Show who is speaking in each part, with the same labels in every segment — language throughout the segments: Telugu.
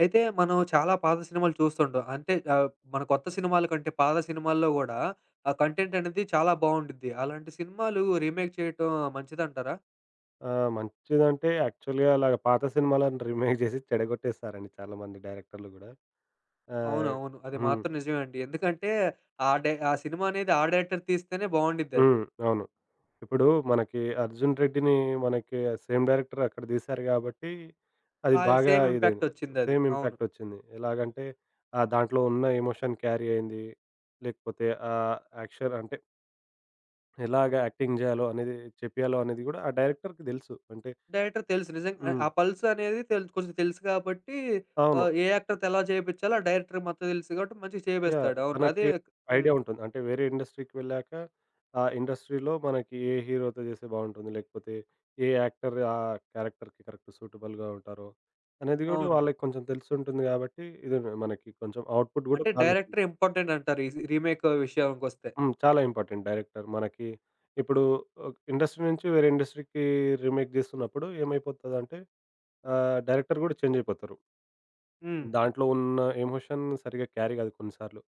Speaker 1: అయితే మనం చాలా పాత సినిమాలు చూస్తుంటాం. అంటే మన కొత్త సినిమాల కంటే పాత సినిమాల్లో గూడా ఆ కంటెంట్ అనేది చాలా బావుండిద్ది. అలాంటి సినిమాలు రీమేక్ చేయటం మంచిదంటారా?
Speaker 2: ఆ! మంచిదంటే యాక్చువల్‌గా అలాగ పాత సినిమాలను రీమేక్ జేసి చెడగొట్టేస్తారండి చాలా మంది డైరెక్టర్లు గూడా.
Speaker 1: అవును.
Speaker 2: ఆహ్,
Speaker 1: అవును. అది
Speaker 2: హ్మ్.
Speaker 1: మాత్రం నిజమే అండి. ఎందుకంటే ఆ సినిమా అనేది ఆ డైరెక్టర్ తీస్తేనే బావుండిద్దది.
Speaker 2: హ్మ్. అవును. ఇప్పుడు మనకి 'అర్జున్ రెడ్డిని' మనకి సేమ్ డైరెక్టర్ అక్కడ తీశారు గాబట్టి, అది
Speaker 1: ఆ
Speaker 2: బాగా
Speaker 1: సేమ్ ఇంపాక్ట్
Speaker 2: ఇదైంది.
Speaker 1: వచ్చిందది.
Speaker 2: సేమ్
Speaker 1: అవును.
Speaker 2: ఇంపాక్ట్ వచ్చింది. ఎలాగంటే దాంట్లో ఉన్న ఎమోషన్ క్యారీ అయింది. లేకపోతే యాక్షన్ అంటే ఎలాగ యాక్టింగ్ జేయాలో అనేది చెప్పియాలో అనేది గూడా ఆ డైరెక్టర్‌కి దెలుసు. అంటే
Speaker 1: డైరెక్టర్ తెలుసు నిజంగా,
Speaker 2: హ్మ్.
Speaker 1: ఆ పల్స్ అనేది కొంచెం తెలుసు కాబట్టి,
Speaker 2: అవును.
Speaker 1: ఏ యాక్టర్‌తో ఎలా చేపిచ్చాలో ఆ డైరెక్టర్‌కి మొత్తం తెలుసు కాబట్టి మంచిగా
Speaker 2: యాహ్!
Speaker 1: చేపిస్తాడు. అవును. అదే.
Speaker 2: తనకి ఐడియా
Speaker 1: హ్మ్.
Speaker 2: ఉంటుంది. అంటే వేరే ఇండస్ట్రీకి వెళ్ళాక, ఆ ఇండస్ట్రీలో మనకి ఏ హీరోతో చేస్తే బావుంటుంది? లేకపోతే ఏ యాక్టర్ ఆ క్యారెక్టర్‌కి కరెక్ట్ సూటబుల్‌గా ఉంటారో, అనేది గూడా
Speaker 1: అవును.
Speaker 2: వాళ్ళకి కొంచెం తెలిసుంటుంది గాబట్టి, ఇది మనకి కొంచెం అవుట్‌పుట్ గూడా
Speaker 1: అంటే
Speaker 2: బాగొస్తుంది.
Speaker 1: డైరెక్టర్ ఇంపార్టెంట్ అంటారు ఈ రీమేక్ విషయానికొస్తే.
Speaker 2: హ్మ్. చాలా ఇంపార్టెంట్ డైరెక్టర్. మనకి ఇప్పుడు ఒక ఇండస్ట్రీ నుంచి వేరే ఇండస్ట్రీకి రీమేక్ జేస్తున్నప్పుడు ఏమైపోతదంటే, డైరెక్టర్ గూడా చేంజ్ అయిపోతారు.
Speaker 1: హ్మ్.
Speaker 2: దాంట్లో ఉన్న ఎమోషన్ సరిగ్గా క్యారీ గాదు కొన్ని సార్లు.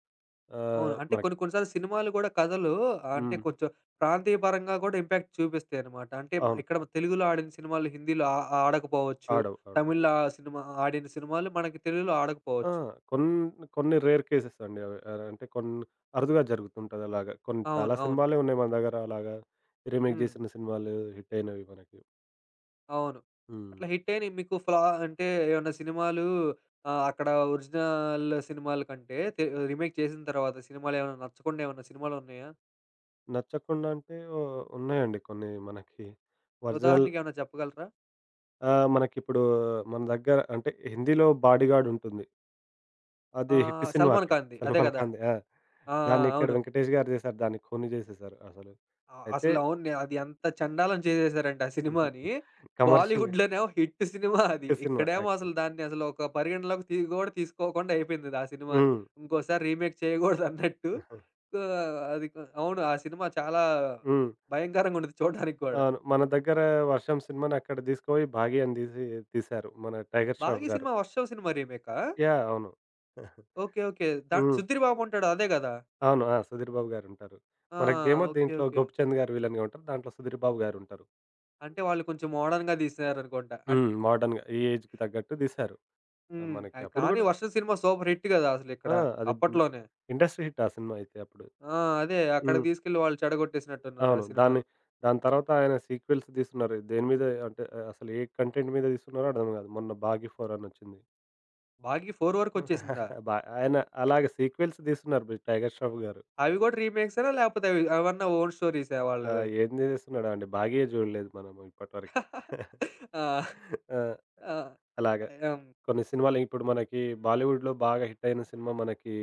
Speaker 1: అవును. అంటే
Speaker 2: మనకి
Speaker 1: కొన్ని కొన్ని సార్లు సినిమాలు గూడా కథలు, అంటే
Speaker 2: హ్మ్.
Speaker 1: కొంచెం ప్రాంతీయ పరంగా గూడా ఇంపాక్ట్ చూపిస్తాయన్నమాట. అంటే
Speaker 2: అవును.
Speaker 1: ఇక్కడ తెలుగులో ఆడిన సినిమాలు హిందీలో ఆ ఆ ఆడకపోవచ్చు.
Speaker 2: ఆడవు. ఆడవు.
Speaker 1: తమిళ్‌లో ఆ సినిమా ఆడిన సినిమాలు మనకి తెలుగులో
Speaker 2: ఆ!
Speaker 1: ఆడకపోవచ్చు.
Speaker 2: కొన్ కొన్ని రేర్ కేసెస్ అండి అవి. అంటే అరుదుగా జరుగుతుంటది అలాగా. కొన్ని
Speaker 1: అవును.
Speaker 2: చాలా
Speaker 1: అవును.
Speaker 2: సినిమాలే ఉన్నాయి మన దగ్గర అలాగా రీమేక్
Speaker 1: హ్మ్.
Speaker 2: చేసిన సినిమాలు హిట్ అయినవి మనకి.
Speaker 1: అవును.
Speaker 2: హ్మ్.
Speaker 1: అట్లా హిట్ అయినయి, మీకు అంటే ఏమన్నా సినిమాలు, అక్కడ ఒరిజినల్ సినిమాల కంటే రీమేక్ చేసిన తర్వాత సినిమాలేమన్నా నచ్చకుండా ఏమన్నా సినిమాలున్నాయా?
Speaker 2: నచ్చకుండా అంటే ఓ ఉన్నాయండి కొన్ని మనకి ఒరిజినల్
Speaker 1: ఉదాహరణకేమన్నా చెప్పగలరా?
Speaker 2: మనకిప్పుడు మన దగ్గర అంటే హిందీలో 'బాడీగార్డ్' ఉంటుంది.
Speaker 1: ఆ!
Speaker 2: అది హిట్ సినిమా
Speaker 1: 'సల్మాన్
Speaker 2: అక్కడ
Speaker 1: ఖాన్‌ది' అదే
Speaker 2: 'సల్మాన్
Speaker 1: కదా!
Speaker 2: ఖాన్‌ది' ఆ!
Speaker 1: ఆ! ఆ!
Speaker 2: దాన్ని ఇక్కడ
Speaker 1: అవును.
Speaker 2: 'వెంకటేష్' గారు చేశారు. దాన్ని ఖూనీ చేసేశారు అసలు. అయితే
Speaker 1: అసలు అవును. అది ఎంత చండాలం చేసేసారంటే ఆ సినిమాని.
Speaker 2: కమర్షియల్
Speaker 1: బాలీవుడ్‌లోనేమో హిట్ సినిమా అది.
Speaker 2: హిట్ సినిమా
Speaker 1: ఇక్కడేమో అసలు
Speaker 2: యాక్చువల్లీ.
Speaker 1: దాన్ని అసలు ఒక పరిగణలోకి కూడా తీసుకోకుండా అయిపోయింది ఆ సినిమాని.
Speaker 2: హ్మ్.
Speaker 1: ఇంకోసారి రీమేక్ చేయకూడదు అన్నట్టు. అది. అవును. ఆ సినిమా చాలా
Speaker 2: హ్మ్.
Speaker 1: భయంకరంగా ఉండిద్ది చూడడానికి కూడా.
Speaker 2: అవును. మన దగ్గర 'వర్షం' సినిమాని అక్కడ తీసుకుపోయి 'భాగి' అని తీశారు. మన 'టైగర్ ష్రాఫ్'
Speaker 1: 'భాగి'
Speaker 2: గారు.
Speaker 1: సినిమా 'వర్షం' సినిమా రీమేకా?
Speaker 2: యాహ్! అవును.
Speaker 1: ఓకే. ఓకే.
Speaker 2: హ్మ్.
Speaker 1: 'సుధీర్ బాబు' ఉంటాడు అదే కదా!
Speaker 2: అవును. ఆ! సుధీర్ బాబు గారుంటారు.
Speaker 1: ఆ!
Speaker 2: మనకేమో
Speaker 1: ఓకే.
Speaker 2: దీంట్లో
Speaker 1: ఓకే.
Speaker 2: 'గోపిచంద్' గారు విలన్‌గా ఉంటారు. దాంట్లో సుధీర్ బాబు గారుంటారు.
Speaker 1: అంటే వాళ్ళు కొంచెం మోడర్న్‌గా తీసినారనుకుంటా.
Speaker 2: హ్మ్. మోడర్న్‌గా ఈ ఏజ్‌కి తగ్గట్టు తీశారు. ఆ,
Speaker 1: హ్మ్.
Speaker 2: మనకి అప్పుడు
Speaker 1: కానీ
Speaker 2: గూడా
Speaker 1: 'వర్షం' సినిమా సూపర్ హిట్ గదా! అసలిక్కడ
Speaker 2: ఆ! అది హ్మ్.
Speaker 1: అప్పట్లోనే.
Speaker 2: ఇండస్ట్రీ హిట్ ఆ సినిమా అయితే అప్పుడు.
Speaker 1: ఆ! అదే అక్కడికి
Speaker 2: హ్మ్.
Speaker 1: తీసుకెళ్ళి వాళ్ళు చెడగొట్టేసినట్టున్నారు ఆ
Speaker 2: అవును. దాన్ని
Speaker 1: సినిమాని.
Speaker 2: దాని తర్వాత ఆయన సీక్వెల్స్ తీస్తున్నారు. దేని మీద అంటే అసలు ఏ కంటెంట్ మీద తీస్తున్నారో అర్థం కాదు. మొన్న 'భాగి 4' అని వచ్చింది.
Speaker 1: 'భాగి 4'
Speaker 2: హ్మ్.
Speaker 1: వరకొచ్చేసిందా?
Speaker 2: ఆయన అలాగ సీక్వెల్స్ తీస్తున్నారు మీరు 'టైగర్ ష్రాఫ్' గారు.
Speaker 1: అవి గూడా రీమేక్సేనా? లేపోతే అవి అవన్నా ఓన్ స్టోరీసా
Speaker 2: ఆ!
Speaker 1: వాళ్ళవి?
Speaker 2: ఏం చేస్తున్నాడో అండి. 'భాగ్య' చూడలేదు మనం ఇప్పటివరకి.
Speaker 1: ఆ!
Speaker 2: ఆ!
Speaker 1: ఆ!
Speaker 2: అలాగా
Speaker 1: యాహ్!
Speaker 2: కొన్ని సినిమాలు ఇప్పుడు మనకి బాలీవుడ్‌లో బాగా హిట్ అయిన సినిమా మనకి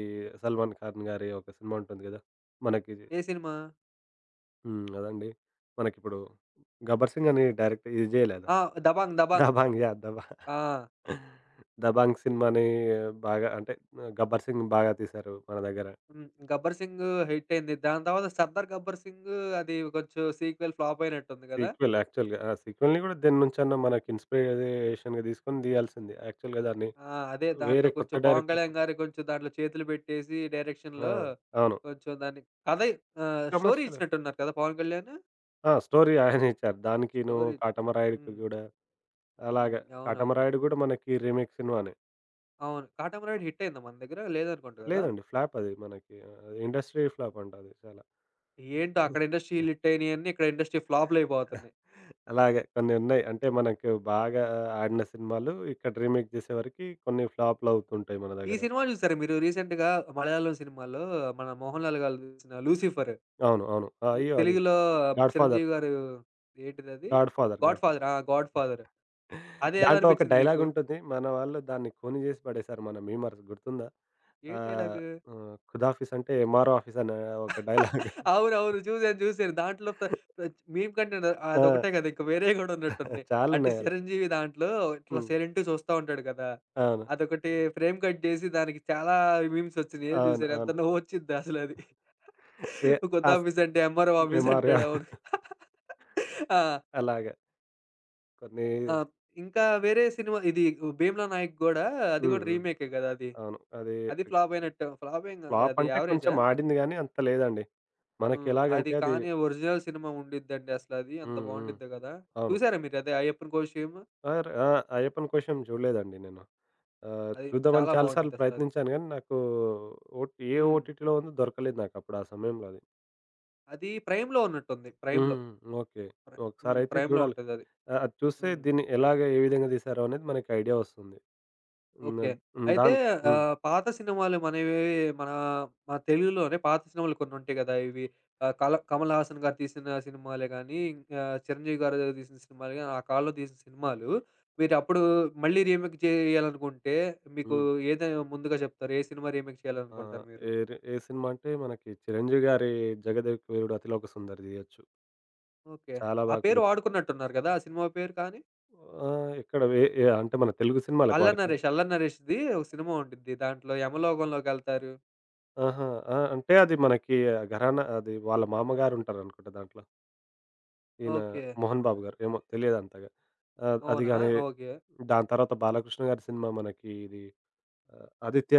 Speaker 2: 'సల్మాన్ ఖాన్' గారి ఒక సినిమా ఉంటుంది కదా! మనకి
Speaker 1: ఏ సినిమా?
Speaker 2: హ్మ్. అదండి. మనకిప్పుడు 'గబ్బర్ సింగ్' అని డైరెక్ట్ ఇది చేయలేదా?
Speaker 1: ఆ! 'దబంగ్.' 'దబంగ్.'
Speaker 2: 'దబాంగ్' యాహ్!
Speaker 1: ఆ!
Speaker 2: 'దబాంగ్' సినిమాని బాగా అంటే 'గబ్బర్ సింగ్' బాగా తీశారు మన దగ్గర.
Speaker 1: హ్మ్. 'గబ్బర్ సింగ్' హిట్ అయింది. దాని తర్వాత 'సర్దార్ గబ్బర్ సింగ్' అది కొంచెం సీక్వెల్ ఫ్లాప్ అయినట్టుంది గదా!
Speaker 2: సీక్వెల్ యాక్చువల్‌గా. ఆ! సీక్వెల్‌ని గూడా దేని నుంచన్నా మనకి ఇన్‌స్పిరేషన్‌గా తీసుకొని తీయాల్సిందే. యాక్చువల్‌గా దాన్ని
Speaker 1: ఆ! అదే దాంట్లో
Speaker 2: వేరే కొత్త
Speaker 1: కొంచెం 'పవన్
Speaker 2: డైరెక్టర్‌తో
Speaker 1: కళ్యాణ్' గారు కొంచెం దాంట్లో చేతులు పెట్టేసి
Speaker 2: ఆ!
Speaker 1: డైరెక్షన్‌లో
Speaker 2: అవును.
Speaker 1: కొంచెం దాన్ని కథ, స్టోరీ
Speaker 2: కమర్షియల్
Speaker 1: ఇచ్చినట్టున్నారు కదా! 'పవన్ కళ్యాణ్'
Speaker 2: ఆ! స్టోరీ ఆయనే ఇచ్చారు. దానికిను,
Speaker 1: స్టోరీ.
Speaker 2: 'కాటమరాయుడుకి'
Speaker 1: హ్మ్.
Speaker 2: గూడా
Speaker 1: హ్మ్.
Speaker 2: అలాగా.
Speaker 1: అవునవును.
Speaker 2: 'కాటమరాయుడు' గూడా మనకి రీమేక్ సినిమానే.
Speaker 1: అవును. 'కాటమరాయుడు' హిట్ అయిందా మన దగ్గర? లేదనుకుంటా కదా!
Speaker 2: లేదండి ఫ్లాప్ అది మనకి ఇండస్ట్రీ
Speaker 1: హ్మ్.
Speaker 2: ఫ్లాప్ అంట అది చాలా.
Speaker 1: ఏంటో అక్కడ ఇండస్ట్రీలు హిట్ అయినయన్నీ ఇక్కడ ఇండస్ట్రీ ఫ్లాపులయిపోతున్నాయి.
Speaker 2: అలాగే కొన్ని ఉన్నాయి. అంటే మనకు బాగా ఆడిన సినిమాలు ఇక్కడ రీమేక్ చేసేవరకి కొన్ని ఫ్లాప్‌లవుతుంటాయి మన
Speaker 1: ఈ
Speaker 2: దగ్గర.
Speaker 1: సినిమా చూసారా మీరు రీసెంట్‌గా? మలయాళం సినిమాలో మన 'మోహన్ లాల్' గారు తీసిన 'లూసిఫర్'
Speaker 2: అవును. అవును. అయ్యో! అది
Speaker 1: తెలుగులో
Speaker 2: 'గాడ్‌ఫాదర్',
Speaker 1: 'చిరంజీవి' గారు. ఏంటిదది? 'God
Speaker 2: 'Godfather'.
Speaker 1: ఫాదర్'. ఆ! 'గాడ్ ఫాదర్' అది ఎలా
Speaker 2: దాంట్లో ఒక
Speaker 1: అనిపించింది మీకు?
Speaker 2: డైలాగుంటుంది. మన వాళ్ళు దాన్ని కూని జేసి పడేశారు మన మీమర్స్ గుర్తుందా?
Speaker 1: ఏం
Speaker 2: ఆహ్,
Speaker 1: డైలాగు?
Speaker 2: హ్మ్. ఖుదాఫిస్ అంటే ఎంఆర్ఓ ఆఫీస్ అనే ఒక డైలాగ్.
Speaker 1: అవునవును. చూసాను. చూసాను. దాంట్లో ప్ర ప్ర మీమ్ కంటెంట్
Speaker 2: ఆ!
Speaker 1: అదొకటే కదా! ఇంక వేరేయి గూడా ఉన్నట్టున్నయి. అంటే
Speaker 2: చాలున్నాయి అలా.
Speaker 1: 'చిరంజీవి' దాంట్లో ఇట్లా
Speaker 2: హ్మ్.
Speaker 1: సైలెంట్‌గా చూస్తా ఉంటాడు కదా!
Speaker 2: అవును.
Speaker 1: అదొకటి ఫ్రేమ్ కట్ జేసి దానికి చాలా మీమ్స్ వచ్చినయి, చూసాను. ఎంత
Speaker 2: అవును.
Speaker 1: నవ్వొచ్చిద్దో అసలది.
Speaker 2: ఏ
Speaker 1: కొత్త
Speaker 2: అస్
Speaker 1: ఆఫీస్ అంటే ఎంఆర్ఓ ఆఫీస్
Speaker 2: ఎంఆర్ఓ
Speaker 1: అంటాడు. అవును. ఆ!
Speaker 2: అలాగా కొన్ని
Speaker 1: ఆ! ఇంకా వేరే సినిమా ఇది 'భీమ్లా నాయక్' గూడా అది
Speaker 2: హ్మ్.
Speaker 1: గూడా
Speaker 2: హ్మ్.
Speaker 1: రీమేకే గదా అది.
Speaker 2: అవును. అది
Speaker 1: అది ఫ్లాప్ అయినట్టే, ఫ్లాప్ ఏం గాదు.
Speaker 2: ఫ్లాప్
Speaker 1: అది
Speaker 2: అంటే కొంచెం
Speaker 1: యావరేజా?
Speaker 2: ఆడింది గానీ అంత లేదండి.
Speaker 1: హ్మ్. అది
Speaker 2: మనకెలాగంటే అది
Speaker 1: కానీ ఒరిజినల్ సినిమా ఉండిద్దండి అసలది. అంత
Speaker 2: హ్మ్. హ్మ్.
Speaker 1: బావుండిద్ది గదా!
Speaker 2: అవును.
Speaker 1: చూసారా మీరది 'అయ్యప్పన్ కోషియం'?
Speaker 2: ఆర్ ఆ! అయ్యప్పన్ కోశం చూడలేదండి నేను.
Speaker 1: అది
Speaker 2: చూద్దామని
Speaker 1: చాలా
Speaker 2: చాలా సార్లు
Speaker 1: బావుండిద్దసలది.
Speaker 2: ప్రయత్నించాను గానీ, నాకు ఓట్ ఏ
Speaker 1: హ్మ్.
Speaker 2: ఓటీటీలో ఉందో దొరకలేదు నాకప్పుడు ఆ సమయంలో అది.
Speaker 1: అది ప్రైమ్‌లో ఉన్నట్టుంది. ప్రైమ్‌లో.
Speaker 2: హ్మ్. ఓకే.
Speaker 1: ప్ర హ్మ్.
Speaker 2: ఒకసారయితే
Speaker 1: ప్రైమ్‌లో
Speaker 2: చూడాలి.
Speaker 1: ఉంటదది.
Speaker 2: అది చూస్తే
Speaker 1: హ్మ్.
Speaker 2: దీన్ని ఎలాగ, ఏ విధంగా తీశారో అనేది మనకి ఐడియా వస్తుంది. హ్మ్.
Speaker 1: ఓకే.
Speaker 2: అద్ హ్మ్.
Speaker 1: అయితే,
Speaker 2: దాన్ హ్మ్.
Speaker 1: పాత సినిమాలు మనవి, మన మన తెలుగులోనే పాత సినిమాలు కొన్నుంటాయి గదా! ఇవి, కమల్ హాసన్ గారు తీసిన సినిమాలే గానీ, ఇంకా చిరంజీవి గారు తీసిన సినిమాలు గానీ, ఆ కాలంలో తీసిన సినిమాలు మీరప్పుడు మళ్ళీ రీమేక్ చేయాలనుకుంటే, మీకు
Speaker 2: హ్మ్.
Speaker 1: ఏది ముందుగా చెప్తారు? ఏ సినిమా రీమేక్
Speaker 2: ఆ!
Speaker 1: చేయాలనుకుంటారు మీరు?
Speaker 2: ఏరి ఏ సినిమా అంటే మనకి 'చిరంజీవి' గారి 'జగదేక వీరుడు అతిలోక సుందరి' తీయొచ్చు.
Speaker 1: ఓకే.
Speaker 2: చాలా
Speaker 1: ఆ
Speaker 2: బాగా
Speaker 1: పేరు
Speaker 2: కుదురుతుంది.
Speaker 1: వాడుకున్నట్టున్నారు గదా ఆ సినిమా పేరు కానీ?
Speaker 2: ఎక్కడ ఏ ఏ అంటే మన తెలుగు సినిమాలకు
Speaker 1: 'అల్లరి
Speaker 2: వాడుకున్నాం.
Speaker 1: నరేష్'. 'అల్లరి నరేష్'ది ఒక సినిమా ఉండిద్ది. దాంట్లో యమలోకంలోకెళ్తారు.
Speaker 2: ఆహా! ఆ! అంటే అది మనకి ఘరానా అది వాళ్ళ మామగారుంటారనుకుంటా దాంట్లో. ఈయన
Speaker 1: ఓకే.
Speaker 2: 'మోహన్ బాబు' గారు. ఏమో తెలియదంతగా. అది
Speaker 1: అవునా?
Speaker 2: గాని
Speaker 1: ఓకే.
Speaker 2: దాని తర్వాత బాలకృష్ణ గారి సినిమా మనకి ఇది 'ఆదిత్య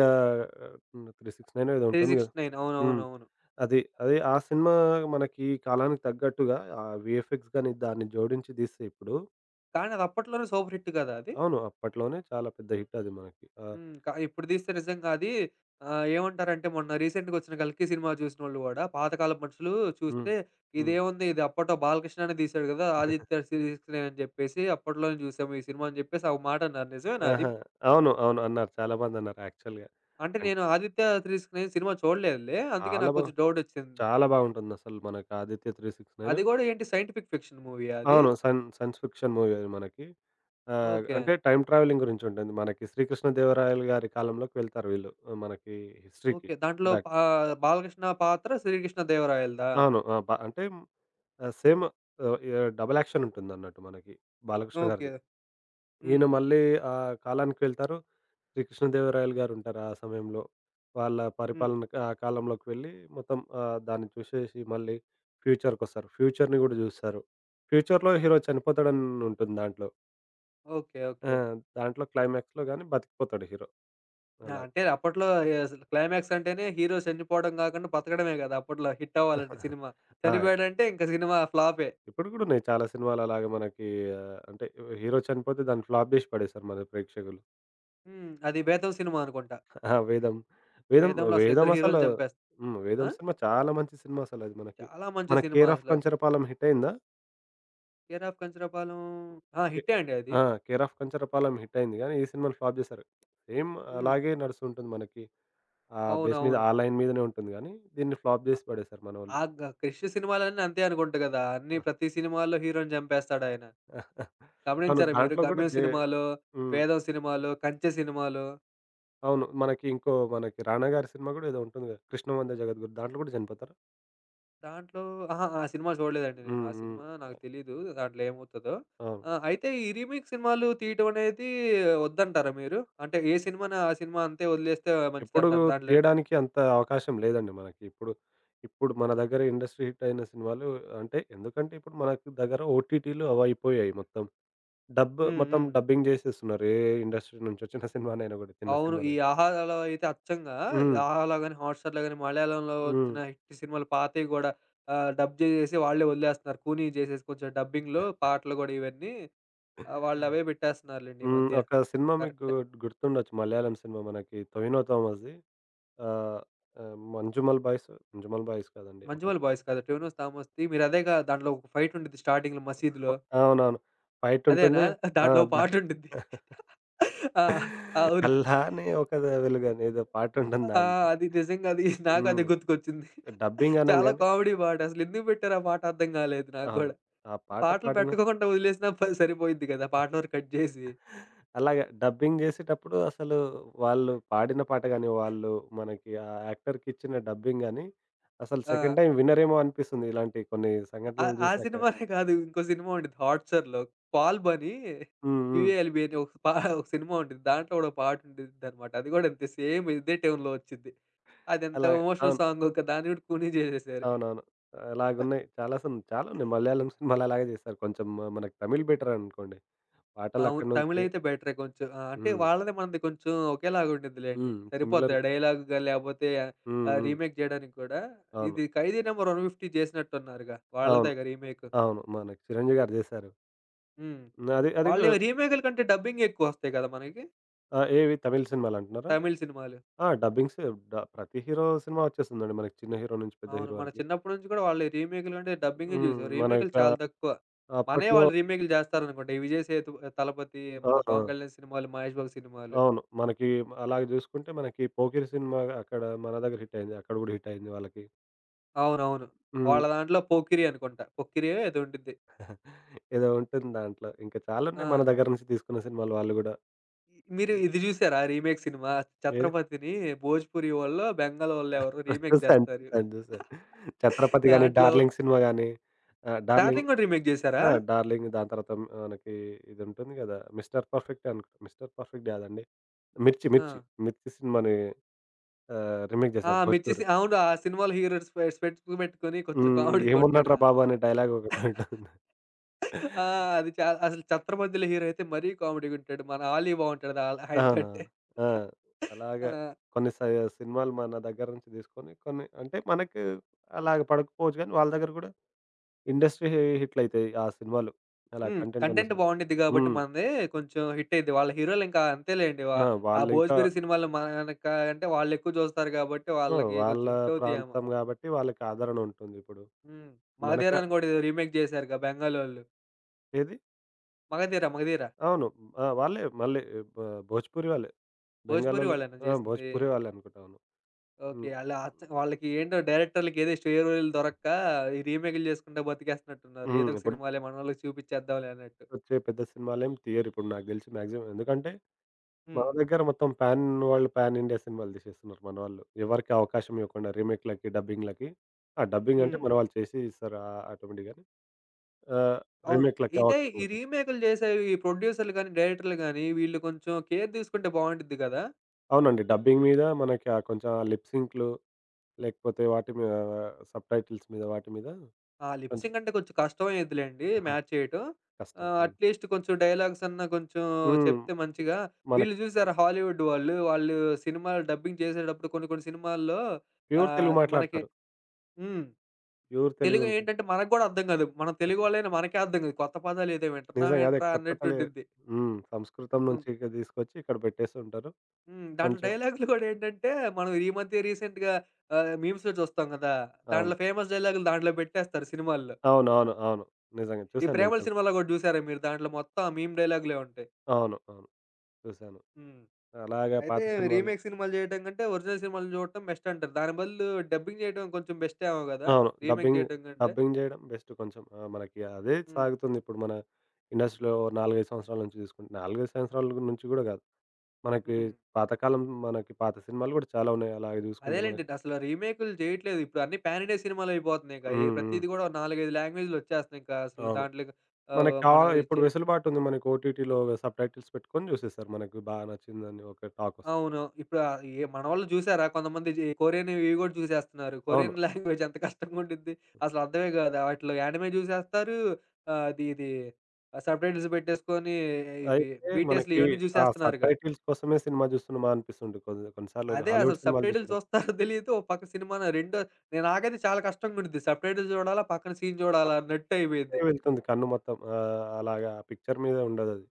Speaker 2: హ్మ్. 369' ఏదో
Speaker 1: 'త్రీ
Speaker 2: ఉంటుంది గదా!
Speaker 1: సిక్స్టీ నైన్'
Speaker 2: హ్మ్.
Speaker 1: అవునవునవును.
Speaker 2: అది. అది ఆ సినిమా మనకి ఈ కాలానికి తగ్గట్టుగా ఆ వీఎఫ్ఎక్స్ గాని దాన్ని జోడించి తీస్తే ఇప్పుడు
Speaker 1: కానీ అది అప్పట్లోనే సూపర్ హిట్ కదా అది.
Speaker 2: అవును. అప్పట్లోనే చాలా పెద్ద హిట్ అది మనకి. ఆ!
Speaker 1: హ్మ్. ఇప్పుడు తీస్తే నిజంగా అది, ఏమంటారంటే మొన్న రీసెంట్‌గా వచ్చిన 'కల్కి' సినిమా చూసినోళ్ళు గూడా, పాతకాలపు మనుషులు
Speaker 2: హ్మ్.
Speaker 1: చూస్తే
Speaker 2: హ్మ్.
Speaker 1: ఇదేముంది, ఇది అప్పట్లో బాలకృష్ణనే తీశాడు కదా 'ఆదిత్య త్రీ సిక్స్ నైన్' అని చెప్పేసి, అప్పట్లోనే చూసాము ఈ సినిమా అని చెప్పేసి ఒక మాట అన్నారు. నిజమేనా అది?
Speaker 2: ఆహా! అవును. అవును. అన్నారు. చాలా మందన్నారు యాక్చువల్‌గా.
Speaker 1: అంటే
Speaker 2: అన్
Speaker 1: నేను 'ఆదిత్య త్రీ సిక్స్ నైన్' సినిమా చూడలేదులే. అందుకే
Speaker 2: చాలా
Speaker 1: నాకు
Speaker 2: బా
Speaker 1: కొంచెం డౌట్ వచ్చింది.
Speaker 2: చాలా బాగుంటుందసలు మనకి 'ఆదిత్య
Speaker 1: అది
Speaker 2: 369'
Speaker 1: గూడా ఏంటి, సైంటిఫిక్ ఫిక్షన్ మూవీయా అది?
Speaker 2: అవును. సైన్స్ ఫిక్షన్ మూవీ అది మనకి.
Speaker 1: ఓకే.
Speaker 2: అంటే టైమ్ ట్రావెలింగ్ గురించి ఉంటుంది. మనకి 'శ్రీకృష్ణదేవరాయలు' గారి కాలంలోకి వెళ్తారు వీళ్ళు. ఆ, మనకి హిస్టరీకి
Speaker 1: ఓకే. దాంట్లో
Speaker 2: బ్యాక్.
Speaker 1: బాలకృష్ణ పాత్ర శ్రీకృష్ణ దేవరాయలదా?
Speaker 2: అవును. ఆ! బ అంటే సేమ్ ఎ డబుల్ యాక్షన్ ఉంటుందన్నట్టు మనకి 'బాలకృష్ణ'
Speaker 1: ఓకే.
Speaker 2: గారిది.
Speaker 1: హ్మ్.
Speaker 2: ఈయన మళ్ళీ ఆ కాలానికి వెళ్తారు. 'శ్రీకృష్ణదేవరాయలు' గారు ఉంటారు ఆ సమయంలో. వాళ్ళ
Speaker 1: హ్మ్.
Speaker 2: పరిపాలనకి ఆ కాలంలోకి వెళ్ళి మొత్తం దాన్ని చూసేసి మళ్ళీ ఫ్యూచర్‌కొస్తారు. ఫ్యూచర్‌ని గూడా జూస్తారు. ఫ్యూచర్‌లో హీరో చనిపోతాడని ఉంటుంది దాంట్లో.
Speaker 1: ఓకే.
Speaker 2: ఆ!
Speaker 1: ఓకే.
Speaker 2: దాంట్లో క్లైమాక్స్‌లో గాని బతికిపోతాడు హీరో.
Speaker 1: ఆ!
Speaker 2: అలా.
Speaker 1: అంటే అప్పట్లో, అసలు క్లైమాక్స్ అంటేనే హీరో చనిపోవడం గాకుండా బతకడమే గదా, అప్పట్లో హిట్ అవ్వాలంటే సినిమా.
Speaker 2: ఆ!
Speaker 1: చనిపోయాడంటే ఇంక సినిమా ఫ్లాపే.
Speaker 2: ఇప్పుడు గూడా ఉన్నాయి చాలా సినిమాలు అలాగే మనకి అంటే హీరో చనిపోతే దాన్ని ఫ్లాప్ జేసి పడేశారు మన ప్రేక్షకులు.
Speaker 1: హ్మ్. అది 'బేతం' సినిమా అనుకుంటా.
Speaker 2: ఆ!
Speaker 1: 'బేతంలో' అసలు
Speaker 2: 'వేదం'
Speaker 1: ఇద్దరు
Speaker 2: అసలు
Speaker 1: హీరో‌లని
Speaker 2: హ్మ్.
Speaker 1: ఆ!
Speaker 2: 'వేదం' సినిమా చాలా మంచి సినిమా అసలది మనకి.
Speaker 1: చాలా మంచి
Speaker 2: మన
Speaker 1: సినిమా
Speaker 2: 'కేర్ ఆఫ్
Speaker 1: అసలు.
Speaker 2: కంచరపాలెం' హిట్ అయిందా?
Speaker 1: 'Care of Kancharapalem'. ఆ!
Speaker 2: కే
Speaker 1: హిట్టే అండి అది.
Speaker 2: ఆ! 'కేర్ ఆఫ్ కంచరపాలెం' హిట్ అయింది గానీ ఈ సినిమాని ఫ్లాప్ జేశారు. సేమ్
Speaker 1: హ్మ్.
Speaker 2: అలాగే నడుస్తుంటుంది మనకి. ఆ బేస్ మీద
Speaker 1: అవునవును.
Speaker 2: ఆ లైన్ మీదనే ఉంటుంది గానీ దీన్ని ఫ్లాప్
Speaker 1: అ
Speaker 2: జేసి పడేశారు మనోళ్ళు.
Speaker 1: ఆ 'క్రిష్' సినిమాలన్నీ అంతే అనుకుంట గదా! అన్నీ ప్రతి సినిమాలో హీరో‌ని చంపేస్తాడాయన.
Speaker 2: అవును.
Speaker 1: గమనించారా మీరు?
Speaker 2: దాంట్లో గూడా
Speaker 1: 'గమ్యం'
Speaker 2: దే
Speaker 1: సినిమాలో,
Speaker 2: హ్మ్.
Speaker 1: 'బేతం' సినిమాలో, 'కంచె' సినిమాలో.
Speaker 2: అవును. మనకి ఇంకో మనకి 'రానా' గారి సినిమా గూడా ఏదో ఉంటుంది గదా! 'కృష్ణవందే జగద్గురు' దాంట్లో గూడా చనిపోతారా?
Speaker 1: దాంట్లో అహా! ఆ సినిమా చూడలేదండి నేను.
Speaker 2: హ్మ్.
Speaker 1: ఆ
Speaker 2: హ్మ్.
Speaker 1: సినిమా నాకు తెలీదు. దాంట్లో ఏమవుతదో.
Speaker 2: అవును.
Speaker 1: ఆ! అయితే ఈ రీమేక్ సినిమాలు తీయటం అనేది వద్దంటారా మీరు? అంటే ఏ సినిమాని ఆ సినిమా అంతే వదిలేస్తే
Speaker 2: ఎప్పుడు
Speaker 1: మంచిదంటారు. దాంట్లో.
Speaker 2: తీయడానికి అంత అవకాశం లేదండి మనకి. ఇప్పుడు మన దగ్గర ఇండస్ట్రీ హిట్ అయిన సినిమాలు అంటే ఎందుకంటే ఇప్పుడు మనకు దగ్గర ఓటీటీలు అవి అయిపోయాయి మొత్తం. డబ్
Speaker 1: హ్మ్.
Speaker 2: మొత్తం
Speaker 1: హ్మ్.
Speaker 2: డబ్బింగ్ జేసేస్తున్నారు. ఏ ఇండస్ట్రీ నుంచొచ్చిన సినిమానైనా గూడా చిన్న
Speaker 1: అవును. ఈ
Speaker 2: సినిమానైనా.
Speaker 1: 'ఆహాలో' అయితే అచ్చంగా,
Speaker 2: హ్మ్.
Speaker 1: 'ఆహాలో' గాని, 'హాట్‌స్టార్‌లో' గాని మలయాళంలో
Speaker 2: హ్మ్.
Speaker 1: వచ్చిన హిట్ సినిమాలు పాతవి గూడా, డబ్ చేసేసి వాళ్ళే వదిలేస్తున్నారు. కూనీ చేసేసి కొంచెం డబ్బింగ్‌లో పాటలు గూడా ఇవన్నీ, వాళ్ళు అవే పెట్టేస్తున్నారులెండి ఈ
Speaker 2: హ్మ్.
Speaker 1: మధ్య.
Speaker 2: ఒక సినిమా మీకు
Speaker 1: కరెక్ట్.
Speaker 2: గుర్తుండొచ్చు మలయాళం సినిమా మనకి 'తోవినో థామస్‌ది.' ఆహ్, ఆహ్, 'మంజుమల్ బాయ్స్' కాదండి. ఒక
Speaker 1: 'మంచిమల్ బాయ్స్' కాదా? 'టోవినోస్ థామస్‌ది' మీరదేగా, దాంట్లో ఒక ఫైట్ ఉండిద్ది స్టార్టింగ్‌లో మసీదులో.
Speaker 2: అవునవును. ఫైట్
Speaker 1: అదేనా?
Speaker 2: ఉంటుంది. ఆ!
Speaker 1: దాంట్లో ఓ
Speaker 2: ద
Speaker 1: పాటుండిద్ది. ఆ! అవును.
Speaker 2: 'అల్లా అనే ఒక వెలుగని' ఏదో పాటుంటుంది
Speaker 1: ఆ!
Speaker 2: దాంట్లో.
Speaker 1: అది నిజంగా, అది నాకదే
Speaker 2: హ్మ్.
Speaker 1: గుర్తుకొచ్చింది.
Speaker 2: డబ్బింగ్
Speaker 1: చాలా
Speaker 2: అనంగానే
Speaker 1: కామెడీ పాట. అసలెందుకు పెట్టారో ఆ పాట అర్థం కాలేదు నాకు
Speaker 2: అవును.
Speaker 1: గూడా.
Speaker 2: ఆ పాట
Speaker 1: పాటలు
Speaker 2: పాడిన
Speaker 1: పెట్టుకోకుండా వదిలేసినా సరిపోయిద్ది కదా! పాటల వరకు కట్ జేసి.
Speaker 2: అలాగే డబ్బింగ్ జేసేటప్పుడు అసలు వాళ్ళు పాడిన పాట గాని, వాళ్ళు మనకి ఆ యాక్టర్‌కి ఇచ్చిన డబ్బింగ్ గాని, అసలు
Speaker 1: ఆ!
Speaker 2: సెకండ్ టైమ్ వినరేమో అనిపిస్తుంది. ఇలాంటి కొన్ని
Speaker 1: ఆ!
Speaker 2: సంఘటనలు
Speaker 1: ఆ
Speaker 2: జూసాక.
Speaker 1: సినిమానే కాదు. ఇంకో సినిమా ఉండిద్ది 'హాట్‌స్టార్‌లో' 'కాల్బ్' అని,
Speaker 2: హ్మ్. హ్మ్.
Speaker 1: క్యూఏఎల్బీ అని ఒక సినిమా ఉండిద్ది. దాంట్లో కూడా ఒక పాట ఉండిద్దనమాట. అది కూడా అంతే సేమ్ ఇదే ట్యూన్‌లో వచ్చిద్ది. అదెంత
Speaker 2: అలా
Speaker 1: ఎమోషనల్
Speaker 2: అవును.
Speaker 1: సాంగో, దాన్ని కూడా కూని చేసేసారు.
Speaker 2: అవునవును. అలాగున్నాయి. చాలా ఉన్నాయి. మలయాళం సినిమాలు అలాగే చేశారు. కొంచెం మ మనకి తమిళ్ బెటర్ అనుకోండి. పాటలు
Speaker 1: అవును.
Speaker 2: అక్కడి నుంచి
Speaker 1: తమిళైతే బెటరే కొంచెం. ఆ! అంటే
Speaker 2: హ్మ్.
Speaker 1: వాళ్ళది మనది కొంచెం ఒకేలాగా ఉండిద్దిలేండి.
Speaker 2: హ్మ్.
Speaker 1: సరిపోద్ది
Speaker 2: సిమిలర్
Speaker 1: ఆ డైలాగ్ గాని, లేకపోతే,
Speaker 2: హ్మ్. హ్మ్.
Speaker 1: రీమేక్ చేయడానికి కూడా.
Speaker 2: అవును.
Speaker 1: ఇది 'ఖైదీ నంబర్ 150' చేసినట్టున్నారుగా.
Speaker 2: అవును.
Speaker 1: వాళ్ళదేగా రీమేకు.
Speaker 2: అవును. మనకి చిరంజీవి గారు చేశారు.
Speaker 1: హ్మ్.
Speaker 2: అది అది గు
Speaker 1: వాళ్ళేమో రీమేకుల కంటే డబ్బింగే ఎక్కువొస్తాయి కదా మనకి
Speaker 2: ఏవి తమిళ్ సినిమాలంటున్నారా?
Speaker 1: తమిళ్ సినిమాలు.
Speaker 2: ఆ! డబ్బింగ్స్ డ ప్రతి హీరో సినిమా వచ్చేసిందండి మనకి. చిన్న హీరో నుంచి పెద్ద
Speaker 1: అవును.
Speaker 2: హీరో
Speaker 1: మన
Speaker 2: వరకి.
Speaker 1: చిన్నప్పటి నుంచి కూడా వాళ్ళు రీమేక్‌లు అంటే డబ్బింగే
Speaker 2: హ్మ్.
Speaker 1: చూసాం.
Speaker 2: మనకి
Speaker 1: రీమేక్‌లు చాలా తక్కువ. మనయే
Speaker 2: అప్పట్లో
Speaker 1: వాళ్ళు రీమేక్‌లు చేస్తారనుకుంటా. ఈ 'విజయ్ సేతు తలపతి',
Speaker 2: ఆ!
Speaker 1: మన
Speaker 2: ఆ!
Speaker 1: 'పవన్ కళ్యాణ్' సినిమాలు, 'మహేష్ బాబు' సినిమాలు.
Speaker 2: అవును. మనకి అలాగ చూసుకుంటే మనకి 'పోకిరి' సినిమా అక్కడ మన దగ్గర హిట్ అయింది. అక్కడ కూడా హిట్ అయింది వాళ్ళకి.
Speaker 1: అవునవును. వాళ్ళ
Speaker 2: హ్మ్.
Speaker 1: దాంట్లో 'పోకిరి' అనుకుంటా. 'పొక్కిరియో' ఏదో ఉండిద్ది.
Speaker 2: ఏదో ఉంటుంది దాంట్లో. ఇంకా
Speaker 1: ఆ!
Speaker 2: చాలున్నాయి మన దగ్గర నుంచి తీసుకున్న సినిమాలు వాళ్ళు గూడా.
Speaker 1: ఈ- మీరు
Speaker 2: హ్మ్.
Speaker 1: ఇది చూసారా, రీమేక్ సినిమా
Speaker 2: ఏది
Speaker 1: 'ఛత్రపతిని' భోజ్‌పురి వోళ్ళో, బెంగాల్ వోళ్ళో ఎవరో రీమేక్ చేస్తారు.
Speaker 2: చూసాను. 'ఛత్రపతి' గాని,
Speaker 1: దాంట్లో
Speaker 2: 'డార్లింగ్' సినిమా గాని 'డార్లింగ్'
Speaker 1: 'డార్లింగ్' కూడా రీమేక్ చేసారా?
Speaker 2: ఆ! 'డార్లింగ్' దాని తర్వాత మనకి ఇది ఉంటుంది గదా! 'మిస్టర్ పర్ఫెక్ట్' అనుకుంటా. 'మిస్టర్ పర్ఫెక్ట్' గాదండి. 'మిర్చి'
Speaker 1: ఆ!
Speaker 2: 'మిర్చి' 'మిర్చి' సినిమాని రీమేక్
Speaker 1: ఆ!
Speaker 2: జేశారు
Speaker 1: 'మిర్చి'
Speaker 2: 'భోజ్‌పూర్.'
Speaker 1: సి అవును. ఆ సినిమాలో హీరో స్పెక్స్ పెట్టుకొని కొంచెం
Speaker 2: హ్మ్.
Speaker 1: కామెడీ కొట్టాడు.
Speaker 2: 'ఏమున్నాడురా బాబు' అనే డైలాగ్ ఒకటుంటుంది.
Speaker 1: ఆ! అది చాలా అసలు 'ఛత్రపతిలో' హీరో అయితే మరీ కామెడీగుంటాడు. మన 'ఆలీ' బావుంటాడు ఆళ్ళ ఆయన కంటే.
Speaker 2: అవునవును. ఆ!
Speaker 1: ఆ!
Speaker 2: అలాగా కొన్ని స సినిమాలు మన దగ్గర నుంచి తీసుకొని కొన్ని అంటే మనకి అలాగ పడకపోవచ్చు గానీ, వాళ్ళ దగ్గర గూడా ఇండస్ట్రీ హిట్‌లయితాయి ఆ సినిమాలు. అలా
Speaker 1: హ్మ్.
Speaker 2: కంటెంట్ ఉన్న
Speaker 1: కంటెంట్
Speaker 2: సినిమా.
Speaker 1: బావుండిద్ది గాబట్టి
Speaker 2: హ్మ్.
Speaker 1: మనది కొంచెం హిట్ అయిద్ది. వాళ్ళ హీరోలు ఇంకా అంతేలేండి.
Speaker 2: ఆ!
Speaker 1: ఆ
Speaker 2: వాళ్ళింకా
Speaker 1: 'భోజ్‌పురి' సినిమాలు మనకా అంటే, వాళ్ళెక్కువ జూస్తారు గాబట్టి
Speaker 2: ఆ!
Speaker 1: వాళ్ళకి
Speaker 2: వాళ్ళ
Speaker 1: కొంచెం హిట్ అవుతాయేమో.
Speaker 2: ప్రాంతం గాబట్టి వాళ్ళకి ఆదరణ ఉంటుందిప్పుడు.
Speaker 1: హ్మ్.
Speaker 2: మనక
Speaker 1: 'మగధీర' అని గూడా ఏదో రీమేక్ జేశారుగా బెంగాలోళ్ళు.
Speaker 2: ఏది?
Speaker 1: 'మగధీర'.
Speaker 2: అవును. ఆ! వాళ్ళే మళ్ళీ బ భోజ్‌పురి వాళ్ళే.
Speaker 1: 'భోజ్‌పురి'
Speaker 2: బెంగాలోళ్ళు
Speaker 1: వాళ్ళేనా
Speaker 2: ఆ!
Speaker 1: జేసింది?
Speaker 2: భోజ్‌పురి వాళ్ళే అనుకుంటా. అవును.
Speaker 1: ఓకే.
Speaker 2: హ్మ్.
Speaker 1: ఆళ్ళ అచ్చ వాళ్ళకి ఏంటో డైరెక్టర్లకేదో స్టోరీలు దొరక్క ఈ రీమేక్‌లు చేసుకుంటా బతికేస్తున్నట్టున్నారు.
Speaker 2: హ్మ్.
Speaker 1: ఏదో ఒక
Speaker 2: ఇప్పుడు
Speaker 1: సినిమాలే మనోళ్ళకి చూపిచ్చేద్దాంలే అన్నట్టు.
Speaker 2: వచ్చే పెద్ద సినిమాలేం తీయరిప్పుడు నాకు దెలిసి మాక్సిమం. ఎందుకంటే మన
Speaker 1: హ్మ్.
Speaker 2: దగ్గర మొత్తం వాళ్ళు పాన్ ఇండియా సినిమాలు తీసేస్తున్నారు మనవాళ్ళు. ఎవరికీ అవకాశం ఇవ్వకుండా రీమేక్‌లకి, డబ్బింగ్‌లకి. ఆ! డబ్బింగ్ అంటే
Speaker 1: హ్మ్.
Speaker 2: మనవాళ్ళు చేసి ఇస్తారు ఆటోమేటిక్ గాని. ఆహ్,
Speaker 1: అవును.
Speaker 2: రీమేక్‌లకి
Speaker 1: అయితే
Speaker 2: అవకాశం
Speaker 1: ఈ
Speaker 2: ఇవ్వదు.
Speaker 1: రీమేక్‌లు చేసేవి ఈ ప్రొడ్యూసర్‌లు గానీ, డైరెక్టర్‌లు గానీ వీళ్ళు కొంచెం కేర్ తీసుకుంటే బావుండిద్ది గదా!
Speaker 2: అవునండి. డబ్బింగ్ మీద మనకి ఆ కొంచెం లిప్ సింక్‌లు లేకపోతే వాటి మీద సబ్‌టైటిల్స్ మీద వాటి మీద
Speaker 1: ఆ లిప్
Speaker 2: కొంచెం
Speaker 1: సింక్ అంటే కొంచెం కష్టమయ్యిద్దిలెండి,
Speaker 2: ఆహా!
Speaker 1: మ్యాచ్ చేయటం.
Speaker 2: కష్టం. అవును.
Speaker 1: అట్‌లీస్ట్ కొంచెం డైలాగ్స్ అన్నా కొంచెం
Speaker 2: హ్మ్.
Speaker 1: చెప్తే మంచిగా.
Speaker 2: మనకి
Speaker 1: వీళ్ళు చూసారా హాలీవుడ్ వాళ్ళు, వాళ్ళు సినిమాలు డబ్బింగ్ చేసేటప్పుడు కొన్ని కొన్ని సినిమాల్లో,
Speaker 2: ప్యూర్ తెలుగు
Speaker 1: మనకి,
Speaker 2: మాట్లాడతారు.
Speaker 1: హ్మ్.
Speaker 2: ప్యూర్ తెలుగు
Speaker 1: తెలుగు
Speaker 2: ఉంటది.
Speaker 1: ఏంటంటే మనకు గూడా అర్థం గాదు. మనం తెలుగు వాళ్ళైనా మనకే అర్థం గాదు. కొత్త పదాలేదో
Speaker 2: నిజంగా అదే
Speaker 1: వింటున్నామేంట్రా
Speaker 2: కొత్త తెలుగు
Speaker 1: అన్నట్టుండిద్ది.
Speaker 2: హ్మ్. సంస్కృతం
Speaker 1: హ్మ్.
Speaker 2: నుంచి ఇక తీసుకొచ్చి ఇక్కడ పెట్టేస్తుంటారు.
Speaker 1: హ్మ్. దాంట్లో
Speaker 2: కొంచెం
Speaker 1: డైలాగులు గూడా ఏంటంటే, మనం ఈ మధ్య రీసెంట్‌గా, మీమ్స్‌లో చూస్తాం గదా! దాంట్లో
Speaker 2: అవును.
Speaker 1: ఫేమస్ డైలాగులు దాంట్లో పెట్టేస్తారు సినిమాల్లో.
Speaker 2: అవునవును. అవును. అవును నిజంగా
Speaker 1: ఈ
Speaker 2: చూసాను నేను
Speaker 1: 'ప్రేమల'
Speaker 2: చాలా.
Speaker 1: సినిమాలో గూడా జూసారా మీరు? దాంట్లో మొత్తం ఆ మీమ్ డైలాగులే ఉంటాయి.
Speaker 2: అవును. అవును. చూసాను.
Speaker 1: హ్మ్.
Speaker 2: అలాగా
Speaker 1: అయితే
Speaker 2: పాత సినిమాలు
Speaker 1: రీమేక్ సినిమాలు జేయడం కంటే, ఒరిజినల్ సినిమాలు జూడటం బెస్ట్ అంటారు. దాని బదులు డబ్బింగ్ జేయడం కొంచెం బెస్టేమో గదా,
Speaker 2: అవును.
Speaker 1: రీమేక్ జేయడం కంటే.
Speaker 2: డబ్బింగ్ జేయడం బెస్ట్ కొంచెం. ఆ! మనకి అదే
Speaker 1: హ్మ్.
Speaker 2: సాగుతుంది ఇప్పుడు మన ఇండస్ట్రీలో 4, 5 సంవత్సరాల నుంచి తీసుకుంటే. 4, 5 సంవత్సరాల నుంచి గూడా గాదు. మనకి
Speaker 1: హ్మ్.
Speaker 2: పాత సినిమాలు గూడా చాలా ఉన్నాయి. అలాగే జూసుకుంటే
Speaker 1: అదేలెండి.
Speaker 2: మనకి.
Speaker 1: అసలు రీమేకులు చేయట్లేదు. ఇప్పుడు అన్నీ పాన్ ఇండియా సినిమాలయిపోతున్నాయి. ఇక ఏ
Speaker 2: హ్మ్. హ్మ్.
Speaker 1: ప్రతీది గూడా 4, 5 లాంగ్వేజ్‌లొచ్చేస్తున్నాయి. ఇంకా అసలు
Speaker 2: అవును.
Speaker 1: దాంట్లోకి,
Speaker 2: మనకి కావా
Speaker 1: మనం
Speaker 2: ఇప్పుడు
Speaker 1: ఇచ్చే.
Speaker 2: వెసులుబాటుంది. మనకి ఓటీటీలో సబ్‌టైటిల్స్ పెట్టుకొని జూసేస్తారు. మనకి బాగా నచ్చిందని ఒక టాకొస్తుంది.
Speaker 1: అవును. ఇప్పుడు, మనోళ్ళు చూసారా, కొంతమంది కొరియన్ ఇవి గూడా చూసేస్తున్నారు.
Speaker 2: అవును.
Speaker 1: కొరియన్ లాంగ్వేజ్ ఎంత కష్టంగా ఉండిద్ది. అసలు అర్థమే గాదు. వాటిలో యానిమే చూసేస్తారు. ఆహ్, అది ఇది ఆహ్, సబ్‌టైటిల్స్ పెట్టేసుకొని ఇవి
Speaker 2: అయితే
Speaker 1: బీటీఎస్‌లు
Speaker 2: మనకి
Speaker 1: ఇవన్నీ
Speaker 2: ఆ
Speaker 1: చూసేస్తున్నారుగా.
Speaker 2: సబ్‌టైటిల్స్ కోసమే సినిమా జూస్తున్నామా అనిపిస్తుంది కొన్ని కొన్నిసార్లు
Speaker 1: అదే అసలు,
Speaker 2: హాలీవుడ్ సినిమాలు
Speaker 1: సబ్‌టైటిల్స్
Speaker 2: చూసేటప్పటికే
Speaker 1: చూస్తారో తెలీదు. ఓ పక్క సినిమాన, నేను నాకైతే చాలా కష్టంగా ఉండిద్ది. సబ్‌టైటిల్స్ చూడాలా, పక్కన సీన్ చూడాలా అన్నట్టయిపోయిద్ది.
Speaker 2: వెళ్తుంది కన్ను మొత్తం. అలాగా ఆ పిక్చర్ మీదే ఉండదది.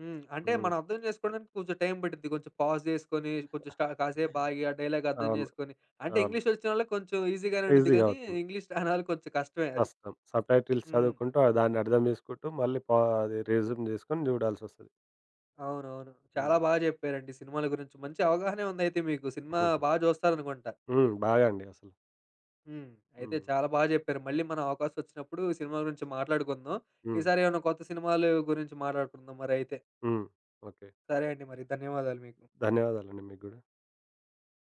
Speaker 1: హ్మ్. అంటే
Speaker 2: హ్మ్.
Speaker 1: మనం అర్థం చేసుకోవడానికి కొంచెం టైం పట్టిద్ది. కొంచెం పాజ్ చేసుకొని, కొంచెం కాసేపు ఆగి ఆ డైలాగ్ అర్థం
Speaker 2: అవును.
Speaker 1: చేసుకొని. అంటే
Speaker 2: అవును.
Speaker 1: ఇంగ్లీష్ వచ్చినోళ్ళకి కొంచెం ఈజీగానే ఉండిద్ది
Speaker 2: ఈజీగా
Speaker 1: గానీ,
Speaker 2: అవుతుంది.
Speaker 1: ఇంగ్లీష్ రానోళ్ళకి కొంచెం కష్టమే అది.
Speaker 2: కష్టం. సబ్‌టైటిల్స్
Speaker 1: హ్మ్.
Speaker 2: చదువుకుంటూ ఆ దాన్ని అర్థం జేసుకుంటూ మళ్ళీ పా అది రెజ్యూమ్ జేసుకొని జూడాల్సొస్తది.
Speaker 1: అవునవును. చాలా
Speaker 2: హ్మ్.
Speaker 1: బాగా చెప్పారండి సినిమాల గురించి. మంచి అవగాహనే ఉందయితే మీకు. సినిమా బాగా చూస్తారనుకుంటా.
Speaker 2: హ్మ్. బాగా అండి అసలు.
Speaker 1: హ్మ్. అయితే
Speaker 2: హ్మ్.
Speaker 1: చాలా బాగా చెప్పారు. మళ్ళీ మనం అవకాశం వచ్చినప్పుడు సినిమా గురించి మాట్లాడుకుందాం.
Speaker 2: హ్మ్.
Speaker 1: ఈసారి ఏమైనా కొత్త సినిమాలు గురించి మాట్లాడుకుందాం మరైతే.
Speaker 2: హ్మ్. ఓకే.
Speaker 1: సరే అండి మరి. ధన్యవాదాలు మీకు.
Speaker 2: ధన్యవాదాలండి మీకు గూడా.